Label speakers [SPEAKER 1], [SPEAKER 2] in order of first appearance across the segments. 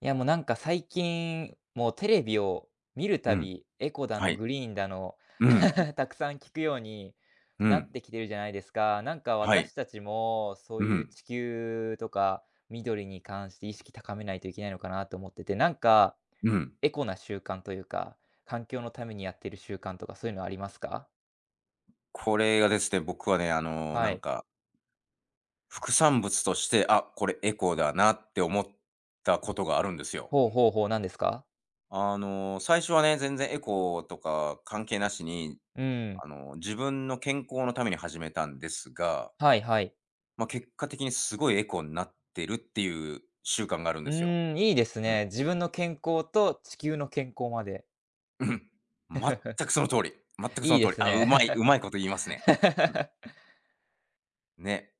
[SPEAKER 1] いや、もうなんか最近、もうテレビを見る
[SPEAKER 2] う
[SPEAKER 1] た
[SPEAKER 2] ん、
[SPEAKER 1] び、エコだ
[SPEAKER 2] は
[SPEAKER 1] の、
[SPEAKER 2] い。
[SPEAKER 1] グリーンだの、
[SPEAKER 2] うん、
[SPEAKER 1] たくさん聞くように
[SPEAKER 2] う
[SPEAKER 1] なっ
[SPEAKER 2] ん、
[SPEAKER 1] てきてるじゃないですか。なんか
[SPEAKER 2] はい。
[SPEAKER 1] 私たちも、そ
[SPEAKER 2] う
[SPEAKER 1] ういう
[SPEAKER 2] ん、
[SPEAKER 1] 地球とか緑に関して意識高めないといけないのかなと思ってて、なんか
[SPEAKER 2] うん。
[SPEAKER 1] エコな習慣というか、環境のためにやってる習慣とかそういうのありますか？
[SPEAKER 2] これがですね、僕はね、
[SPEAKER 1] はい。
[SPEAKER 2] 副産物として、あ、これエコだなって思ったことがあるんですよ。
[SPEAKER 1] ほうほうほう、何ですか？
[SPEAKER 2] 最初はね、全然エコとか関係なしに、
[SPEAKER 1] うん。
[SPEAKER 2] 自分の健康のために始めたんですが、
[SPEAKER 1] はいはい。
[SPEAKER 2] まあ、結果的にすごいエコになってるっていう習慣があるん
[SPEAKER 1] う
[SPEAKER 2] ですよ。
[SPEAKER 1] ーん、いいです
[SPEAKER 2] うん、
[SPEAKER 1] ね。自分の健康と地球の健康まで。
[SPEAKER 2] うん。全くその通り全くそ
[SPEAKER 1] い
[SPEAKER 2] の
[SPEAKER 1] い
[SPEAKER 2] 通
[SPEAKER 1] で
[SPEAKER 2] り。
[SPEAKER 1] す
[SPEAKER 2] あ、うま
[SPEAKER 1] ね。
[SPEAKER 2] いうま いこと言いますね。うん、ね。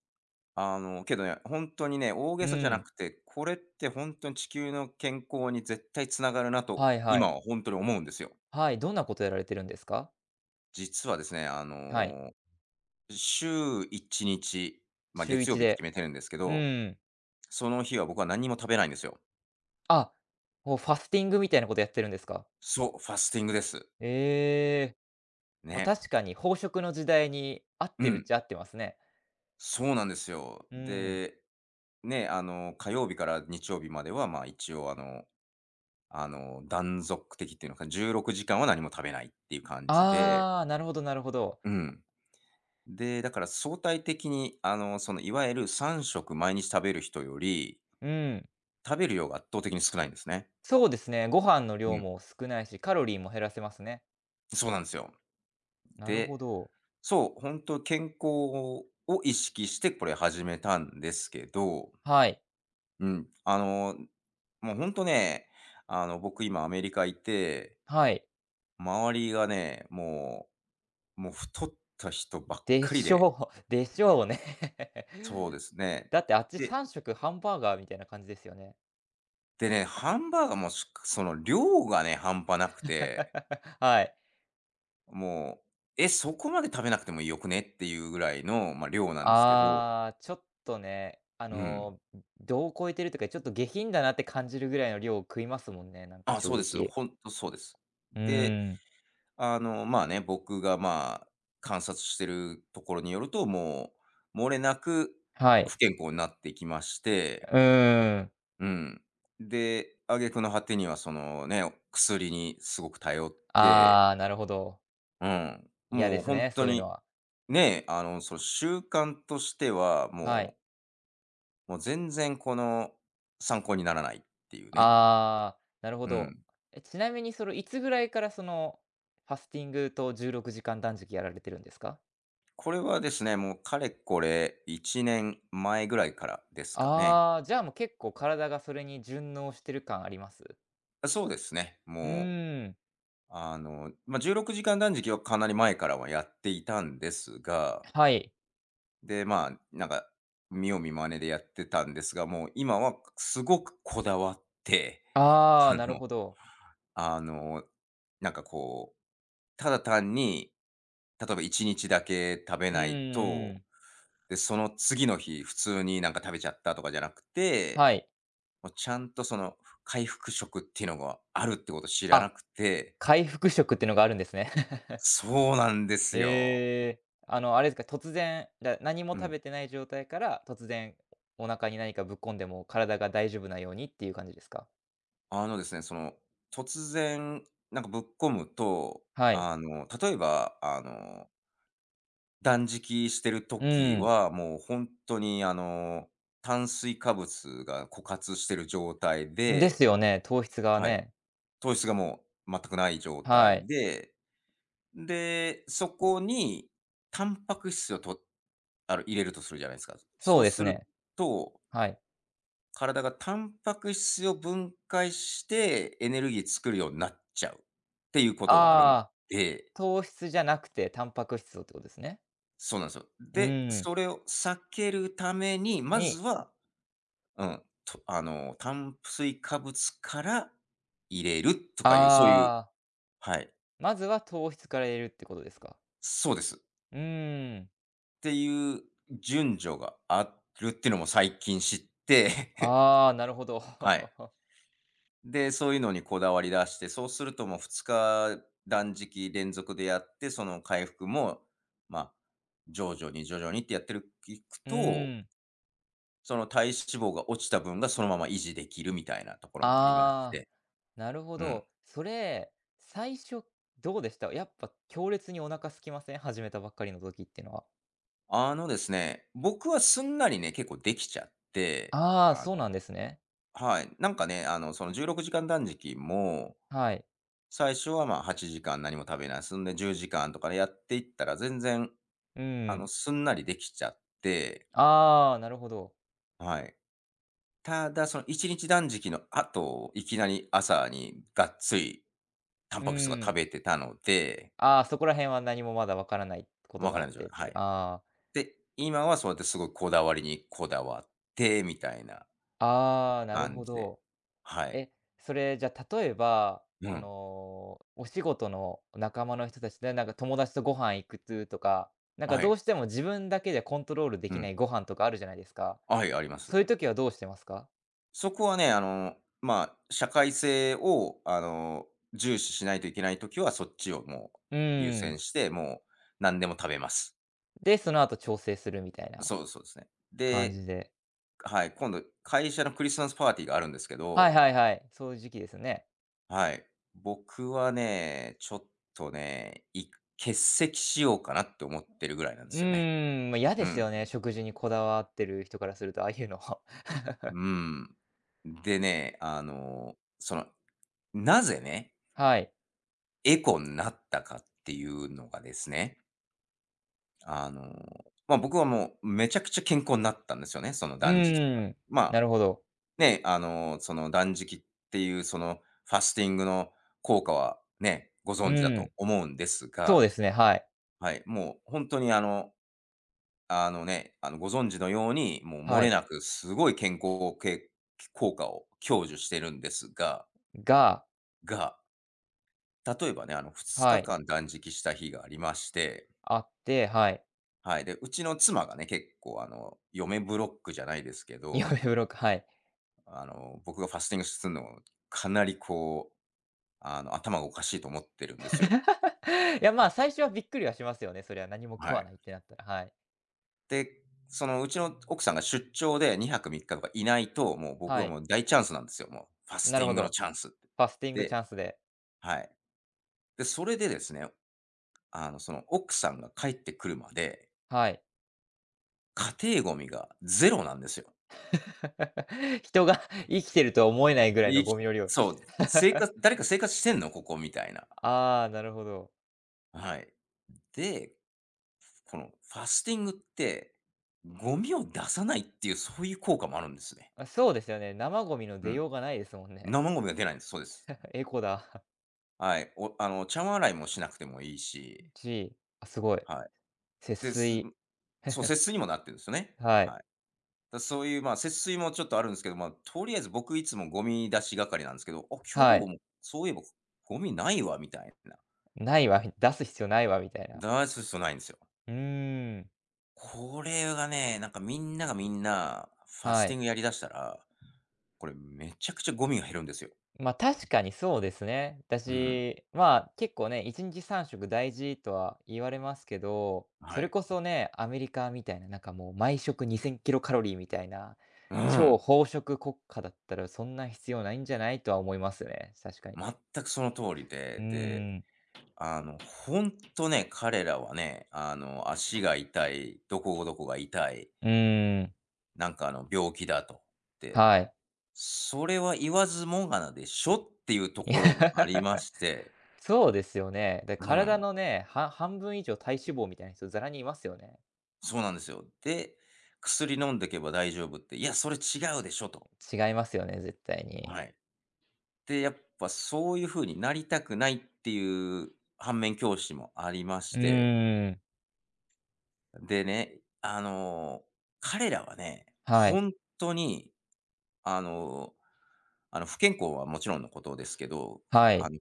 [SPEAKER 2] けどね、本当にね、大げ
[SPEAKER 1] う
[SPEAKER 2] さじゃな
[SPEAKER 1] ん。
[SPEAKER 2] くて、これって本当に地球の健康に絶対つながるなと、
[SPEAKER 1] はいは
[SPEAKER 2] 今
[SPEAKER 1] い。
[SPEAKER 2] は本当に思うんですよ。
[SPEAKER 1] はい、どんなことやられてるんですか？
[SPEAKER 2] 実はですね、
[SPEAKER 1] はい。
[SPEAKER 2] 週1日、まあ、
[SPEAKER 1] 週
[SPEAKER 2] 月曜
[SPEAKER 1] 一
[SPEAKER 2] 日って決
[SPEAKER 1] で。
[SPEAKER 2] めてるんですけ
[SPEAKER 1] う
[SPEAKER 2] ど、
[SPEAKER 1] ん。
[SPEAKER 2] その日は僕は何も食べないんですよ。
[SPEAKER 1] あ、もうファスティングみたいなことやってるんですか？
[SPEAKER 2] そう、ファスティングです。
[SPEAKER 1] ええ。ま、
[SPEAKER 2] ね。
[SPEAKER 1] 確かに飽食の時代に合っ
[SPEAKER 2] う
[SPEAKER 1] てるっ
[SPEAKER 2] ん。
[SPEAKER 1] ちゃ合ってますね。
[SPEAKER 2] そうなんですよ。
[SPEAKER 1] うーん。
[SPEAKER 2] で、ね、火曜日から日曜日までは、ま、あ一応断続的っていうのか、16時間は何も食べないっていう感じで
[SPEAKER 1] ああ、なるほどなるほど。
[SPEAKER 2] うん。で、だから相対的に、いわゆる3食毎日食べる人より、
[SPEAKER 1] うん。
[SPEAKER 2] 食べる量が圧倒的に少ないんですね。
[SPEAKER 1] そうですね、ご飯の
[SPEAKER 2] う
[SPEAKER 1] 量
[SPEAKER 2] ん。
[SPEAKER 1] も少ないし、カロリーも減らせますね。
[SPEAKER 2] そうなんですよ。
[SPEAKER 1] なるほ
[SPEAKER 2] で、
[SPEAKER 1] ど。
[SPEAKER 2] そう、本当健康を意識してこれ始めたんですけど、
[SPEAKER 1] はい。
[SPEAKER 2] うん、もう本当ね、僕今アメリカいて、
[SPEAKER 1] はい。
[SPEAKER 2] 周りがね、もう太った人ばっ
[SPEAKER 1] で
[SPEAKER 2] かり
[SPEAKER 1] し
[SPEAKER 2] で、
[SPEAKER 1] ょう。でしょうね。
[SPEAKER 2] そうです ね。
[SPEAKER 1] だってあっち
[SPEAKER 2] で
[SPEAKER 1] 3食ハンバーガーみたいな感じですよね。
[SPEAKER 2] でね、ハンバーガーも、その量がね、半端なくて
[SPEAKER 1] はい。
[SPEAKER 2] もう、そこまで食べなくてもよくねっていうぐらいの、まあ、量なんですけど、
[SPEAKER 1] ああ、ちょっとね、
[SPEAKER 2] うん。
[SPEAKER 1] 度を超えてるというか、ちょっと下品だなって感じるぐらいの量を食いますもんね、なんか
[SPEAKER 2] あ、
[SPEAKER 1] 正
[SPEAKER 2] そうです。
[SPEAKER 1] 直。
[SPEAKER 2] ほんとそうです。
[SPEAKER 1] う
[SPEAKER 2] で、
[SPEAKER 1] ーん。
[SPEAKER 2] まあね、僕が、まあ、観察してるところによると、もう、漏れなく
[SPEAKER 1] はい。
[SPEAKER 2] 不健康になってきまして、
[SPEAKER 1] うーん。
[SPEAKER 2] うん。で、挙句の果てにはそのね、薬にすごく頼って、
[SPEAKER 1] ああ、なるほど。
[SPEAKER 2] うん、
[SPEAKER 1] 嫌で
[SPEAKER 2] もう
[SPEAKER 1] す
[SPEAKER 2] 本
[SPEAKER 1] ね、
[SPEAKER 2] 当
[SPEAKER 1] そういうの
[SPEAKER 2] に、
[SPEAKER 1] は。
[SPEAKER 2] ね、その習慣としては、
[SPEAKER 1] はい。
[SPEAKER 2] もう全然参考にならないっていうね。
[SPEAKER 1] ああ、なるほ
[SPEAKER 2] う
[SPEAKER 1] ど。
[SPEAKER 2] ん。
[SPEAKER 1] え、ちなみにその、いつぐらいからその、ファスティングと16時間断食やられてるんですか？
[SPEAKER 2] これはですね、もうかれこれ1年前ぐらいからですかね。
[SPEAKER 1] ああ、じゃあもう結構体がそれに順応してる感あります？
[SPEAKER 2] あ、そうですね。
[SPEAKER 1] う
[SPEAKER 2] もう、
[SPEAKER 1] ーん、
[SPEAKER 2] まあ、16時間断食はかなり前からはやっていたんですが、
[SPEAKER 1] はい。
[SPEAKER 2] で、まあ、なんか、見よう見真似でやってたんですが、もう今はすごくこだわって、
[SPEAKER 1] ああ、なるほど。
[SPEAKER 2] あのあの、なんかただ単に、例えば1日だけ食べ
[SPEAKER 1] うん
[SPEAKER 2] ない
[SPEAKER 1] う
[SPEAKER 2] と、
[SPEAKER 1] ん。
[SPEAKER 2] で、その次の日、普通になんか食べちゃったとかじゃなくて、
[SPEAKER 1] はい。
[SPEAKER 2] もうちゃんとその回復食っていうのがあるってこと知ら
[SPEAKER 1] あ、
[SPEAKER 2] なくて、
[SPEAKER 1] 回復食っていうのがあるんですね。
[SPEAKER 2] そうなんですよ。
[SPEAKER 1] へえ。あの、あれですか、突然、何も
[SPEAKER 2] う
[SPEAKER 1] 食
[SPEAKER 2] ん。
[SPEAKER 1] べてない状態から、突然お腹に何かぶっ込んでも体が大丈夫なようにっていう感じですか？
[SPEAKER 2] あのですね、突然なんかぶっ込むと、
[SPEAKER 1] はい。
[SPEAKER 2] 例えば、断食してる
[SPEAKER 1] う
[SPEAKER 2] 時
[SPEAKER 1] ん。
[SPEAKER 2] は、もう本当に炭水化物が枯渇してる状態
[SPEAKER 1] です
[SPEAKER 2] で
[SPEAKER 1] よね、糖質が
[SPEAKER 2] はい、
[SPEAKER 1] ね。
[SPEAKER 2] 糖質がもう全くない状
[SPEAKER 1] は
[SPEAKER 2] 態
[SPEAKER 1] い。
[SPEAKER 2] で、そこにタンパク質をとあの、入れるとするじゃないですか。
[SPEAKER 1] そ
[SPEAKER 2] そ
[SPEAKER 1] う
[SPEAKER 2] う
[SPEAKER 1] です
[SPEAKER 2] する
[SPEAKER 1] ね。
[SPEAKER 2] と、
[SPEAKER 1] はい。
[SPEAKER 2] 体がタンパク質を分解してエネルギー作るようになっちゃうっていうことがあるの
[SPEAKER 1] ああ、
[SPEAKER 2] で
[SPEAKER 1] 糖質じゃなくてタンパク質をってことですね。
[SPEAKER 2] そうなんですよ。
[SPEAKER 1] う
[SPEAKER 2] で、
[SPEAKER 1] ん。
[SPEAKER 2] それを避けるために、ま
[SPEAKER 1] に
[SPEAKER 2] ずは、うん、とあの、炭水化物から入れるとかいう、そういう
[SPEAKER 1] ああ、
[SPEAKER 2] はい、
[SPEAKER 1] まずは糖質から入れるってことですか。
[SPEAKER 2] そうです。
[SPEAKER 1] うーん。
[SPEAKER 2] っていう順序があるっていうのも最近知って
[SPEAKER 1] ああ、なるほど。
[SPEAKER 2] はい。で、そういうのにこだわり出して、そうするともう2日断食連続でやって、その回復も、まあ、徐々に徐々にってやってるいく
[SPEAKER 1] う
[SPEAKER 2] と、
[SPEAKER 1] ーん。
[SPEAKER 2] その体脂肪が落ちた分がそのまま維持できるみたいなところもありまし
[SPEAKER 1] ああ、
[SPEAKER 2] て。
[SPEAKER 1] なるほ
[SPEAKER 2] うん。
[SPEAKER 1] ど。それ、最初どうでした？やっぱ強烈にお腹空きません？始めたばっかりの時っていうのは。
[SPEAKER 2] あのですね、僕はすんなりね、結構できちゃって、
[SPEAKER 1] ああ、
[SPEAKER 2] あ、
[SPEAKER 1] そうなんですね。
[SPEAKER 2] はい。なんかね、その16時間断食も、
[SPEAKER 1] はい。
[SPEAKER 2] 最初はまあ8時間何も食べない。そんで10時間とかでやっていったら全然
[SPEAKER 1] うん。
[SPEAKER 2] すんなりできちゃって、
[SPEAKER 1] ああ、なるほど。
[SPEAKER 2] はい。ただ、その一日断食の後、いきなり朝にがっつりタン
[SPEAKER 1] う
[SPEAKER 2] パク質とか食
[SPEAKER 1] ん。
[SPEAKER 2] べてたので、
[SPEAKER 1] ああ、そこら辺は何もまだわからないこと
[SPEAKER 2] わか
[SPEAKER 1] があ
[SPEAKER 2] ら
[SPEAKER 1] っ
[SPEAKER 2] ない状
[SPEAKER 1] て
[SPEAKER 2] 態。
[SPEAKER 1] って
[SPEAKER 2] は
[SPEAKER 1] いう。
[SPEAKER 2] い。で、今はそうやってすごいこだわりにこだわって、みたいな
[SPEAKER 1] ああ、なる
[SPEAKER 2] 感
[SPEAKER 1] ほ
[SPEAKER 2] じで。
[SPEAKER 1] ど。
[SPEAKER 2] はい。
[SPEAKER 1] え、それ、じゃあ、例えば、
[SPEAKER 2] う
[SPEAKER 1] そ
[SPEAKER 2] ん。
[SPEAKER 1] の、お仕事の仲間の人たちで、なんか友達とご飯行くつとか、なんか
[SPEAKER 2] は
[SPEAKER 1] どう
[SPEAKER 2] い。
[SPEAKER 1] しても自分だけでコントロールで
[SPEAKER 2] う
[SPEAKER 1] き
[SPEAKER 2] ん。
[SPEAKER 1] ないご飯とかあるじゃないですか。
[SPEAKER 2] はい、ありま
[SPEAKER 1] そ
[SPEAKER 2] す。
[SPEAKER 1] ういう時はどうしてますか？
[SPEAKER 2] そこはね、まあ、社会性を、重視しないといけないときは、そっちをもう
[SPEAKER 1] う
[SPEAKER 2] 優
[SPEAKER 1] ー
[SPEAKER 2] 先
[SPEAKER 1] ん。
[SPEAKER 2] して、もう何でも食べます。
[SPEAKER 1] で、その後調整するみたいな
[SPEAKER 2] そうそうですね。
[SPEAKER 1] 感
[SPEAKER 2] で、
[SPEAKER 1] じで。
[SPEAKER 2] はい、今度会社のクリスマスパーティーがあるんですけ
[SPEAKER 1] はい
[SPEAKER 2] ど、
[SPEAKER 1] はいはい、そういう時期ですね。
[SPEAKER 2] はい、僕はね、ちょっとね、欠席しようかなって思ってるぐらいなんで
[SPEAKER 1] う
[SPEAKER 2] すよね。
[SPEAKER 1] ーん、ま、嫌
[SPEAKER 2] う
[SPEAKER 1] です
[SPEAKER 2] ん。
[SPEAKER 1] よね、食事にこだわってる人からすると、ああいうの。
[SPEAKER 2] うん。でね、なぜね、
[SPEAKER 1] はい。
[SPEAKER 2] エコになったかっていうのがですね、あの、まあ、僕はもうめちゃくちゃ健康になったんですよね、その
[SPEAKER 1] う
[SPEAKER 2] 断食とか。
[SPEAKER 1] ーん、
[SPEAKER 2] ま
[SPEAKER 1] なるほど。
[SPEAKER 2] ね、その断食っていうそのファスティングの効果はね、ご
[SPEAKER 1] う
[SPEAKER 2] 存知だ
[SPEAKER 1] ー
[SPEAKER 2] と
[SPEAKER 1] ん、
[SPEAKER 2] 思うんです
[SPEAKER 1] そう
[SPEAKER 2] が、
[SPEAKER 1] ですね、はい。
[SPEAKER 2] はい、もう本当にご存知のように、もう漏
[SPEAKER 1] は
[SPEAKER 2] れ
[SPEAKER 1] い。
[SPEAKER 2] なくすごい健康効果を享受してるんですが、
[SPEAKER 1] が、
[SPEAKER 2] が、例えばね、2
[SPEAKER 1] はい。
[SPEAKER 2] 日間断食した日がありまして、
[SPEAKER 1] あって、はい。
[SPEAKER 2] はい、で、うちの妻がね、結構嫁ブロックじゃないですけ
[SPEAKER 1] 匂
[SPEAKER 2] ど、
[SPEAKER 1] メブロック、はい。
[SPEAKER 2] 僕がファスティングするのをかなり頭がおかしいと思ってるんですよ。
[SPEAKER 1] いや、まあ、最初はびっくりはしますよね、それは何も食
[SPEAKER 2] は
[SPEAKER 1] わ
[SPEAKER 2] い。
[SPEAKER 1] ないってなったら、はい。
[SPEAKER 2] で、うちの奥さんが出張で2泊3日とかいないと、もう僕
[SPEAKER 1] は
[SPEAKER 2] は
[SPEAKER 1] い。
[SPEAKER 2] もう大チャンスなんですよ、もう。ファス
[SPEAKER 1] な
[SPEAKER 2] テ
[SPEAKER 1] る
[SPEAKER 2] ィン
[SPEAKER 1] ほ
[SPEAKER 2] グの
[SPEAKER 1] ど。
[SPEAKER 2] チャンスって。
[SPEAKER 1] ファスティングチ
[SPEAKER 2] で
[SPEAKER 1] ャンスで、
[SPEAKER 2] はい。で、それでですね、奥さんが帰ってくるまで、
[SPEAKER 1] はい。
[SPEAKER 2] 家庭ゴミがゼロなんですよ。
[SPEAKER 1] 人が生きてるとは思えないぐらい
[SPEAKER 2] い
[SPEAKER 1] の
[SPEAKER 2] き
[SPEAKER 1] ゴミの量。
[SPEAKER 2] そう、生 活「誰か生活してんの？ここ」みたいな。
[SPEAKER 1] ああ、なるほど。
[SPEAKER 2] はい。で、このファスティングって、ゴミを出さないっていう、そういう効果もあるんですね。
[SPEAKER 1] あ、そうですよね。生ゴミの
[SPEAKER 2] う
[SPEAKER 1] 出
[SPEAKER 2] ん。
[SPEAKER 1] ようがないですもんね。
[SPEAKER 2] 生ゴミが出ないんです。そうです。
[SPEAKER 1] エコだ。
[SPEAKER 2] はい。おあの、茶碗洗いもしなくてもいいし、
[SPEAKER 1] し、あ、すごい。
[SPEAKER 2] はい。
[SPEAKER 1] 節
[SPEAKER 2] で、
[SPEAKER 1] 水。
[SPEAKER 2] そう、節水にもなってるんですよね。
[SPEAKER 1] は
[SPEAKER 2] は
[SPEAKER 1] い。
[SPEAKER 2] い。だそういう、まあ、節水もちょっとあるんですけど、まあ、とりあえず僕いつもゴミ出し係なんですけど、あ、
[SPEAKER 1] は
[SPEAKER 2] 今日
[SPEAKER 1] い。
[SPEAKER 2] もそういえばゴミないわみたいな。
[SPEAKER 1] ないわ、出す必要ないわみたいな。
[SPEAKER 2] だそうそうないんですよ。
[SPEAKER 1] うーん。
[SPEAKER 2] これがね、なんかみんながみんなファス
[SPEAKER 1] は
[SPEAKER 2] ティン
[SPEAKER 1] い。
[SPEAKER 2] グやりだしたら、これめちゃくちゃゴミが減るんですよ。
[SPEAKER 1] ま、あ確かにそうですね。
[SPEAKER 2] うん。
[SPEAKER 1] 私、まあ、結構ね、1日3食大事とは言われますけど、そ
[SPEAKER 2] は
[SPEAKER 1] れ
[SPEAKER 2] い。
[SPEAKER 1] こそね、アメリカみたいな、なんかもう毎食2000キロカロリーみたいな、
[SPEAKER 2] う
[SPEAKER 1] 超
[SPEAKER 2] ん。
[SPEAKER 1] 飽食国家だったらそんな必要ないんじゃないとは思いますね、確かに。
[SPEAKER 2] 全くその通り
[SPEAKER 1] うー
[SPEAKER 2] で、で
[SPEAKER 1] ん、
[SPEAKER 2] ほんとね、彼らはね、足が痛い、どこどこが痛い、
[SPEAKER 1] うーん、
[SPEAKER 2] なんか病気だと。って、
[SPEAKER 1] はい。
[SPEAKER 2] それは言わずもがなでしょっていうと
[SPEAKER 1] い
[SPEAKER 2] ころもあり
[SPEAKER 1] や
[SPEAKER 2] まして、
[SPEAKER 1] そうですよね。で、
[SPEAKER 2] う
[SPEAKER 1] 体
[SPEAKER 2] ん、
[SPEAKER 1] のね、は半分以上体脂肪みたいな人ざらにいますよね。
[SPEAKER 2] そうなんですよ。で、薬飲んでけば大丈夫って、いや、それ違うでしょと。
[SPEAKER 1] 違いますよね、絶対に。
[SPEAKER 2] はい。で、やっぱそういう風になりたくないっていう反面教師もありまし
[SPEAKER 1] う
[SPEAKER 2] て、
[SPEAKER 1] ーん、
[SPEAKER 2] でね、彼らはね、
[SPEAKER 1] は
[SPEAKER 2] ほ
[SPEAKER 1] い、
[SPEAKER 2] んとにあの、不健康はもちろんのことですけど、
[SPEAKER 1] は
[SPEAKER 2] あ
[SPEAKER 1] い。
[SPEAKER 2] の、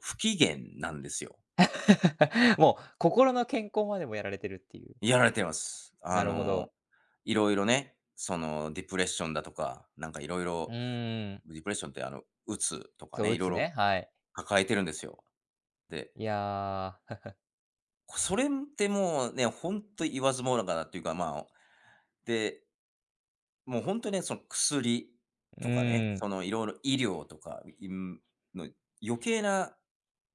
[SPEAKER 2] 不機嫌なんですよ。
[SPEAKER 1] もう心の健康までもやられてるっていう。
[SPEAKER 2] やられてます。
[SPEAKER 1] なるほど。
[SPEAKER 2] いろいろね、ディプレッションだとか、なんかいろい
[SPEAKER 1] う
[SPEAKER 2] ろ、
[SPEAKER 1] ーん。
[SPEAKER 2] ディプレッションって鬱とか
[SPEAKER 1] そう、
[SPEAKER 2] ね、
[SPEAKER 1] う
[SPEAKER 2] いろい
[SPEAKER 1] つ
[SPEAKER 2] ろ
[SPEAKER 1] ね、はい。
[SPEAKER 2] 抱えてるんですよ。で、
[SPEAKER 1] いやー、
[SPEAKER 2] それってもうね、ほんと言わずもがなっていうか、まあ、で、もうほんとね、その薬
[SPEAKER 1] う
[SPEAKER 2] とかね、
[SPEAKER 1] ーん。
[SPEAKER 2] そのいろいろ医療とか、の余計な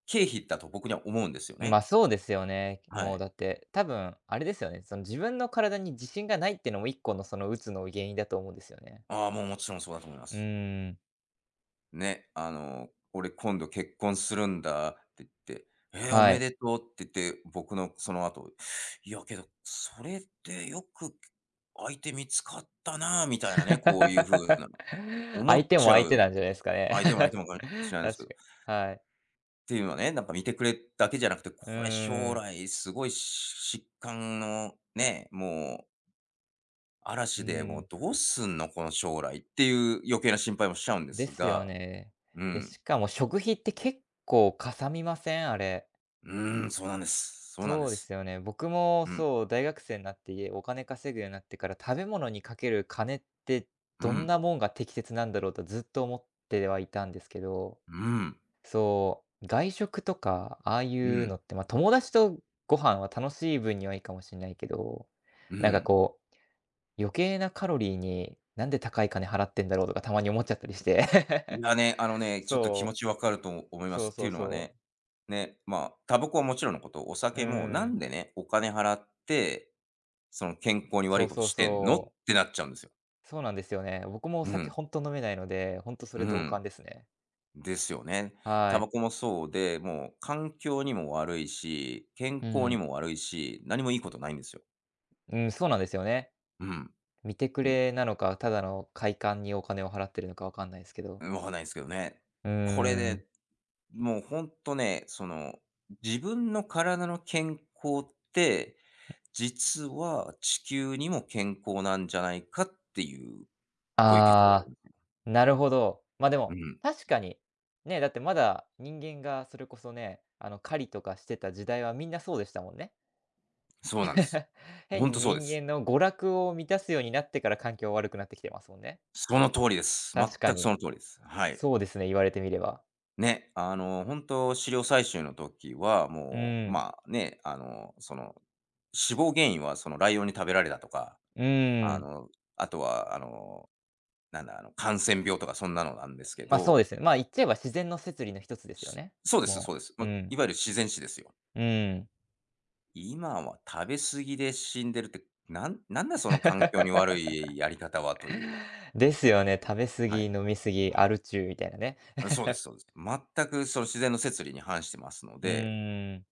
[SPEAKER 2] 経費だと僕には思うんですよ
[SPEAKER 1] ま、
[SPEAKER 2] ね。
[SPEAKER 1] あそうですよね。
[SPEAKER 2] は
[SPEAKER 1] もう
[SPEAKER 2] い。
[SPEAKER 1] だって、多分あれですよね、その自分の体に自信がないっていうのも1個のそのうつの原因だと思うんですよね。
[SPEAKER 2] ああ、もうもちろんそうだと思いま
[SPEAKER 1] う
[SPEAKER 2] す。
[SPEAKER 1] ーん、
[SPEAKER 2] ね、俺今度結婚するんだって言って、えーお
[SPEAKER 1] は
[SPEAKER 2] め
[SPEAKER 1] い。
[SPEAKER 2] でとうって言って、僕のその後、いやけど、それってよく相手見つかったな、みたいなね、こういうふう な、思
[SPEAKER 1] 相
[SPEAKER 2] っ
[SPEAKER 1] 手も
[SPEAKER 2] ちゃ
[SPEAKER 1] 相
[SPEAKER 2] う。
[SPEAKER 1] 手なんじゃないですかね。
[SPEAKER 2] 相手 も相
[SPEAKER 1] 確
[SPEAKER 2] 手
[SPEAKER 1] か
[SPEAKER 2] もかもし
[SPEAKER 1] に
[SPEAKER 2] れないですけど。っ
[SPEAKER 1] はい。
[SPEAKER 2] ていうのはね、なんか見てくれだけじゃなくて、
[SPEAKER 1] う
[SPEAKER 2] これ
[SPEAKER 1] ー
[SPEAKER 2] 将
[SPEAKER 1] ん。
[SPEAKER 2] 来すごい疾患のね、もう
[SPEAKER 1] う
[SPEAKER 2] 嵐で
[SPEAKER 1] ー
[SPEAKER 2] もう
[SPEAKER 1] ん。
[SPEAKER 2] どうすんのこの将来っていう余計な心配もしちゃうんで
[SPEAKER 1] で
[SPEAKER 2] す
[SPEAKER 1] すよ
[SPEAKER 2] が、
[SPEAKER 1] ね。
[SPEAKER 2] う
[SPEAKER 1] で、
[SPEAKER 2] ん。
[SPEAKER 1] しかも食費って結構かさみません？あれ。
[SPEAKER 2] うーん、そうなんです。そうなんで
[SPEAKER 1] そうで
[SPEAKER 2] す。
[SPEAKER 1] すよね。僕も
[SPEAKER 2] うん。
[SPEAKER 1] そう、大学生になってお金稼ぐようになってから、食べ物にかける金って
[SPEAKER 2] う
[SPEAKER 1] どん
[SPEAKER 2] ん。
[SPEAKER 1] なもんが適切なんだろうとずっと思ってはいたんですけど、
[SPEAKER 2] うん。
[SPEAKER 1] そう、外食とかああい
[SPEAKER 2] う
[SPEAKER 1] う
[SPEAKER 2] ん。
[SPEAKER 1] のって、ま、友達とご飯は楽しい分にはいいかもしんないけど、
[SPEAKER 2] う
[SPEAKER 1] なんか
[SPEAKER 2] ん。
[SPEAKER 1] こう、余計なカロリーになんで高い金払ってんだろうとかたまに思っちゃったりして。
[SPEAKER 2] いやね、あの ね、ちょっと気持
[SPEAKER 1] そ
[SPEAKER 2] ちわかると思い
[SPEAKER 1] う。
[SPEAKER 2] ま
[SPEAKER 1] そ
[SPEAKER 2] す。
[SPEAKER 1] う
[SPEAKER 2] って
[SPEAKER 1] そ
[SPEAKER 2] い
[SPEAKER 1] う
[SPEAKER 2] うのは
[SPEAKER 1] そう。
[SPEAKER 2] ね、ね、まあ、タバコはもちろんのこと、お
[SPEAKER 1] う
[SPEAKER 2] 酒もな
[SPEAKER 1] ーん。
[SPEAKER 2] んでね、お金払って、その健康に悪
[SPEAKER 1] そ
[SPEAKER 2] い
[SPEAKER 1] う
[SPEAKER 2] こと
[SPEAKER 1] そう
[SPEAKER 2] してんのっ
[SPEAKER 1] そう。
[SPEAKER 2] てなっちゃうんですよ。
[SPEAKER 1] そうなんですよね。僕もお
[SPEAKER 2] う
[SPEAKER 1] 酒
[SPEAKER 2] ん。
[SPEAKER 1] ほんと飲めないので、ほんとそ
[SPEAKER 2] う
[SPEAKER 1] れ同
[SPEAKER 2] ん。
[SPEAKER 1] 感ですね。
[SPEAKER 2] ですよね。
[SPEAKER 1] は
[SPEAKER 2] タバ
[SPEAKER 1] い。
[SPEAKER 2] コもそうで、もう環境にも悪いし、健
[SPEAKER 1] う
[SPEAKER 2] 康に
[SPEAKER 1] ん。
[SPEAKER 2] も悪いし、何もいいことないんですよ。
[SPEAKER 1] うん、そうなんですよね。
[SPEAKER 2] うん。
[SPEAKER 1] 見てく
[SPEAKER 2] うん。
[SPEAKER 1] れなのか、ただの快感にお金を払ってるのかわかんないですけど。
[SPEAKER 2] わかんないですけどね。
[SPEAKER 1] う
[SPEAKER 2] これ
[SPEAKER 1] ーん。
[SPEAKER 2] でもうほんとね、その、自分の体の健康って、実は地球にも健康なんじゃないかっていう、こういう結論なん
[SPEAKER 1] ああ、
[SPEAKER 2] ですね。
[SPEAKER 1] なるほど。ま、で
[SPEAKER 2] う
[SPEAKER 1] も、
[SPEAKER 2] ん、
[SPEAKER 1] 確かに、ね、だってまだ人間がそれこそね、あの、狩りとかしてた時代はみんなそうでしたもんね。
[SPEAKER 2] そうなんです。ほんと
[SPEAKER 1] 変
[SPEAKER 2] そう
[SPEAKER 1] に
[SPEAKER 2] です。
[SPEAKER 1] 人間の娯楽を満たすようになってから環境悪くなってきてますもんね。
[SPEAKER 2] その通りです。全
[SPEAKER 1] 確か
[SPEAKER 2] くそ
[SPEAKER 1] に。
[SPEAKER 2] の通りです。はい。
[SPEAKER 1] そうですね、言われてみれば。
[SPEAKER 2] ね、ほんと飼料採集の時は、
[SPEAKER 1] う
[SPEAKER 2] もう、
[SPEAKER 1] ーん、
[SPEAKER 2] まあ、ね、死亡原因はそのライオンに食べられたとか、
[SPEAKER 1] うー
[SPEAKER 2] あ
[SPEAKER 1] ん。
[SPEAKER 2] の、あとは、なんだ、感染病とかそんなのなんですけ
[SPEAKER 1] ま、そう
[SPEAKER 2] ど
[SPEAKER 1] ですね。ま、言っちゃえば自然の摂理の一つですよね。
[SPEAKER 2] そうですそ
[SPEAKER 1] も
[SPEAKER 2] うです。ま、
[SPEAKER 1] う、う
[SPEAKER 2] い
[SPEAKER 1] ん、
[SPEAKER 2] わゆる自然死ですよ。
[SPEAKER 1] うん。
[SPEAKER 2] 今は食べ過ぎで死んでるって、なんなんだその環境に 悪いやり方はという。
[SPEAKER 1] ですよね、食べ過
[SPEAKER 2] はい、
[SPEAKER 1] ぎ、飲み過ぎ、
[SPEAKER 2] はい。
[SPEAKER 1] アル中みたいなね。
[SPEAKER 2] うん、そうですそうです。全くその自然の摂理に反してますの
[SPEAKER 1] う
[SPEAKER 2] で、
[SPEAKER 1] ーん。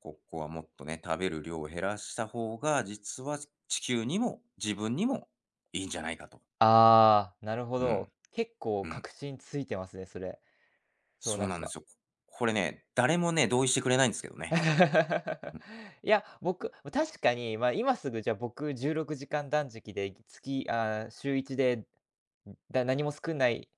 [SPEAKER 2] ここはもっとね、食べる量を減らした方が、実は地球にも自分にもいいんじゃないかと。
[SPEAKER 1] ああ、なるほ
[SPEAKER 2] うん、
[SPEAKER 1] ど。結構
[SPEAKER 2] うん。
[SPEAKER 1] 確信ついてますね、それ。そう、
[SPEAKER 2] そ
[SPEAKER 1] な
[SPEAKER 2] う
[SPEAKER 1] ん
[SPEAKER 2] なんで
[SPEAKER 1] か。
[SPEAKER 2] すよ。これね、誰もね、同意してくれないんですけどね。うん、
[SPEAKER 1] いや、僕、ま、確かに、ま、今すぐじゃあ僕16時間断食で、月ああ、週1で、だ何も作んない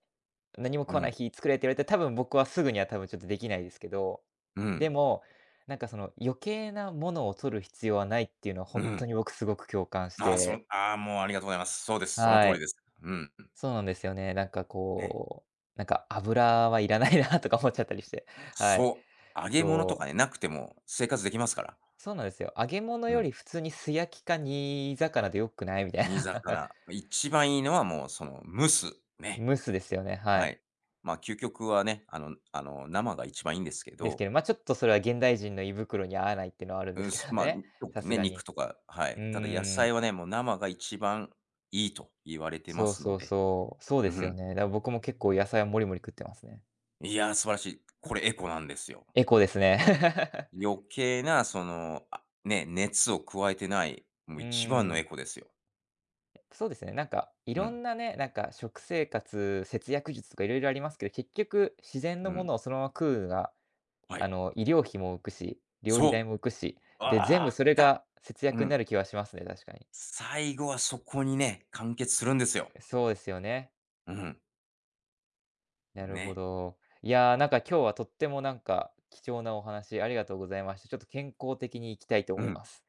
[SPEAKER 1] 何も
[SPEAKER 2] う
[SPEAKER 1] 食わない
[SPEAKER 2] ん、
[SPEAKER 1] 日作れって言われて、多分僕はすぐには多分ちょっとできないですけど、
[SPEAKER 2] う
[SPEAKER 1] で
[SPEAKER 2] ん、
[SPEAKER 1] も、なんかその余計なものを取る必要はないっていうのは
[SPEAKER 2] う
[SPEAKER 1] ほんと
[SPEAKER 2] ん。
[SPEAKER 1] に僕すごく共感し
[SPEAKER 2] ああ、その
[SPEAKER 1] て、
[SPEAKER 2] ああ、もうありがとうございます。そうです。その通
[SPEAKER 1] は
[SPEAKER 2] り
[SPEAKER 1] い。
[SPEAKER 2] です。うん。
[SPEAKER 1] そうなんですよね。なんか
[SPEAKER 2] ね。
[SPEAKER 1] こう、なんか油はいらないなとか思っちゃったりして、はい。
[SPEAKER 2] そう。揚げ物とか
[SPEAKER 1] そう、
[SPEAKER 2] ね、なくても生活できますから。
[SPEAKER 1] そうなんですよ。揚げ物
[SPEAKER 2] う
[SPEAKER 1] よ
[SPEAKER 2] ん。
[SPEAKER 1] り普通に素焼きか煮魚で良くないみたい
[SPEAKER 2] 煮
[SPEAKER 1] な。
[SPEAKER 2] 魚。一番いいのはもうその蒸す。ね。
[SPEAKER 1] 蒸すですよね、は
[SPEAKER 2] は
[SPEAKER 1] い。
[SPEAKER 2] い。まあ、究極はね、生が一番いいんですけ
[SPEAKER 1] ですけ
[SPEAKER 2] ど、
[SPEAKER 1] ど、ま、ちょっとそれは現代人の胃袋に合わないっていうのはあるんで
[SPEAKER 2] うん、
[SPEAKER 1] すけど
[SPEAKER 2] まあ、
[SPEAKER 1] ね、
[SPEAKER 2] に特
[SPEAKER 1] さ
[SPEAKER 2] に
[SPEAKER 1] す
[SPEAKER 2] ね、
[SPEAKER 1] が
[SPEAKER 2] 肉
[SPEAKER 1] に。
[SPEAKER 2] とか、は
[SPEAKER 1] う
[SPEAKER 2] い。ただ野
[SPEAKER 1] ー
[SPEAKER 2] 菜
[SPEAKER 1] ん
[SPEAKER 2] はね、もう生が一番いいと言われてま
[SPEAKER 1] そう
[SPEAKER 2] すの
[SPEAKER 1] そう
[SPEAKER 2] で。
[SPEAKER 1] そう。そうで
[SPEAKER 2] う
[SPEAKER 1] す
[SPEAKER 2] ん。
[SPEAKER 1] よね。だから僕も結構野菜はもりもり食ってますね。
[SPEAKER 2] いやー、素晴らしい。これエコなんですよ。
[SPEAKER 1] エコですね。
[SPEAKER 2] 余計なその、あ、ね、熱を加えてない、も
[SPEAKER 1] う
[SPEAKER 2] う一番
[SPEAKER 1] ー
[SPEAKER 2] のエ
[SPEAKER 1] ん。
[SPEAKER 2] コですよ。
[SPEAKER 1] そうですね、なんかい
[SPEAKER 2] う
[SPEAKER 1] ろ
[SPEAKER 2] ん、
[SPEAKER 1] んなね、なんか食生活、節約術とかいろいろありますけど、結局自然
[SPEAKER 2] う
[SPEAKER 1] のも
[SPEAKER 2] ん、
[SPEAKER 1] のをそのまま食うのが、
[SPEAKER 2] は
[SPEAKER 1] あ
[SPEAKER 2] い。
[SPEAKER 1] の、医療費も浮くし、料理
[SPEAKER 2] そう、
[SPEAKER 1] 代も浮くし、で、全
[SPEAKER 2] あ
[SPEAKER 1] 部
[SPEAKER 2] あ、
[SPEAKER 1] そ
[SPEAKER 2] 来
[SPEAKER 1] れ
[SPEAKER 2] た。
[SPEAKER 1] が節
[SPEAKER 2] う
[SPEAKER 1] 約にな
[SPEAKER 2] ん。
[SPEAKER 1] る気はしますね、確かに。
[SPEAKER 2] 最後はそこにね、完結するんですよ。
[SPEAKER 1] そうですよね。
[SPEAKER 2] うん、
[SPEAKER 1] なるほ
[SPEAKER 2] ね。
[SPEAKER 1] ど。いやー、なんか今日はとってもなんか貴重なお話ありがとうございました。ちょっと健康的にいきたいと
[SPEAKER 2] う
[SPEAKER 1] 思い
[SPEAKER 2] ん。
[SPEAKER 1] ます。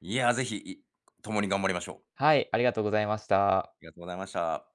[SPEAKER 2] いや、ぜひ、共に頑張りましょう。
[SPEAKER 1] はい、ありがとうございまし
[SPEAKER 2] あ
[SPEAKER 1] た。
[SPEAKER 2] りがとうございました。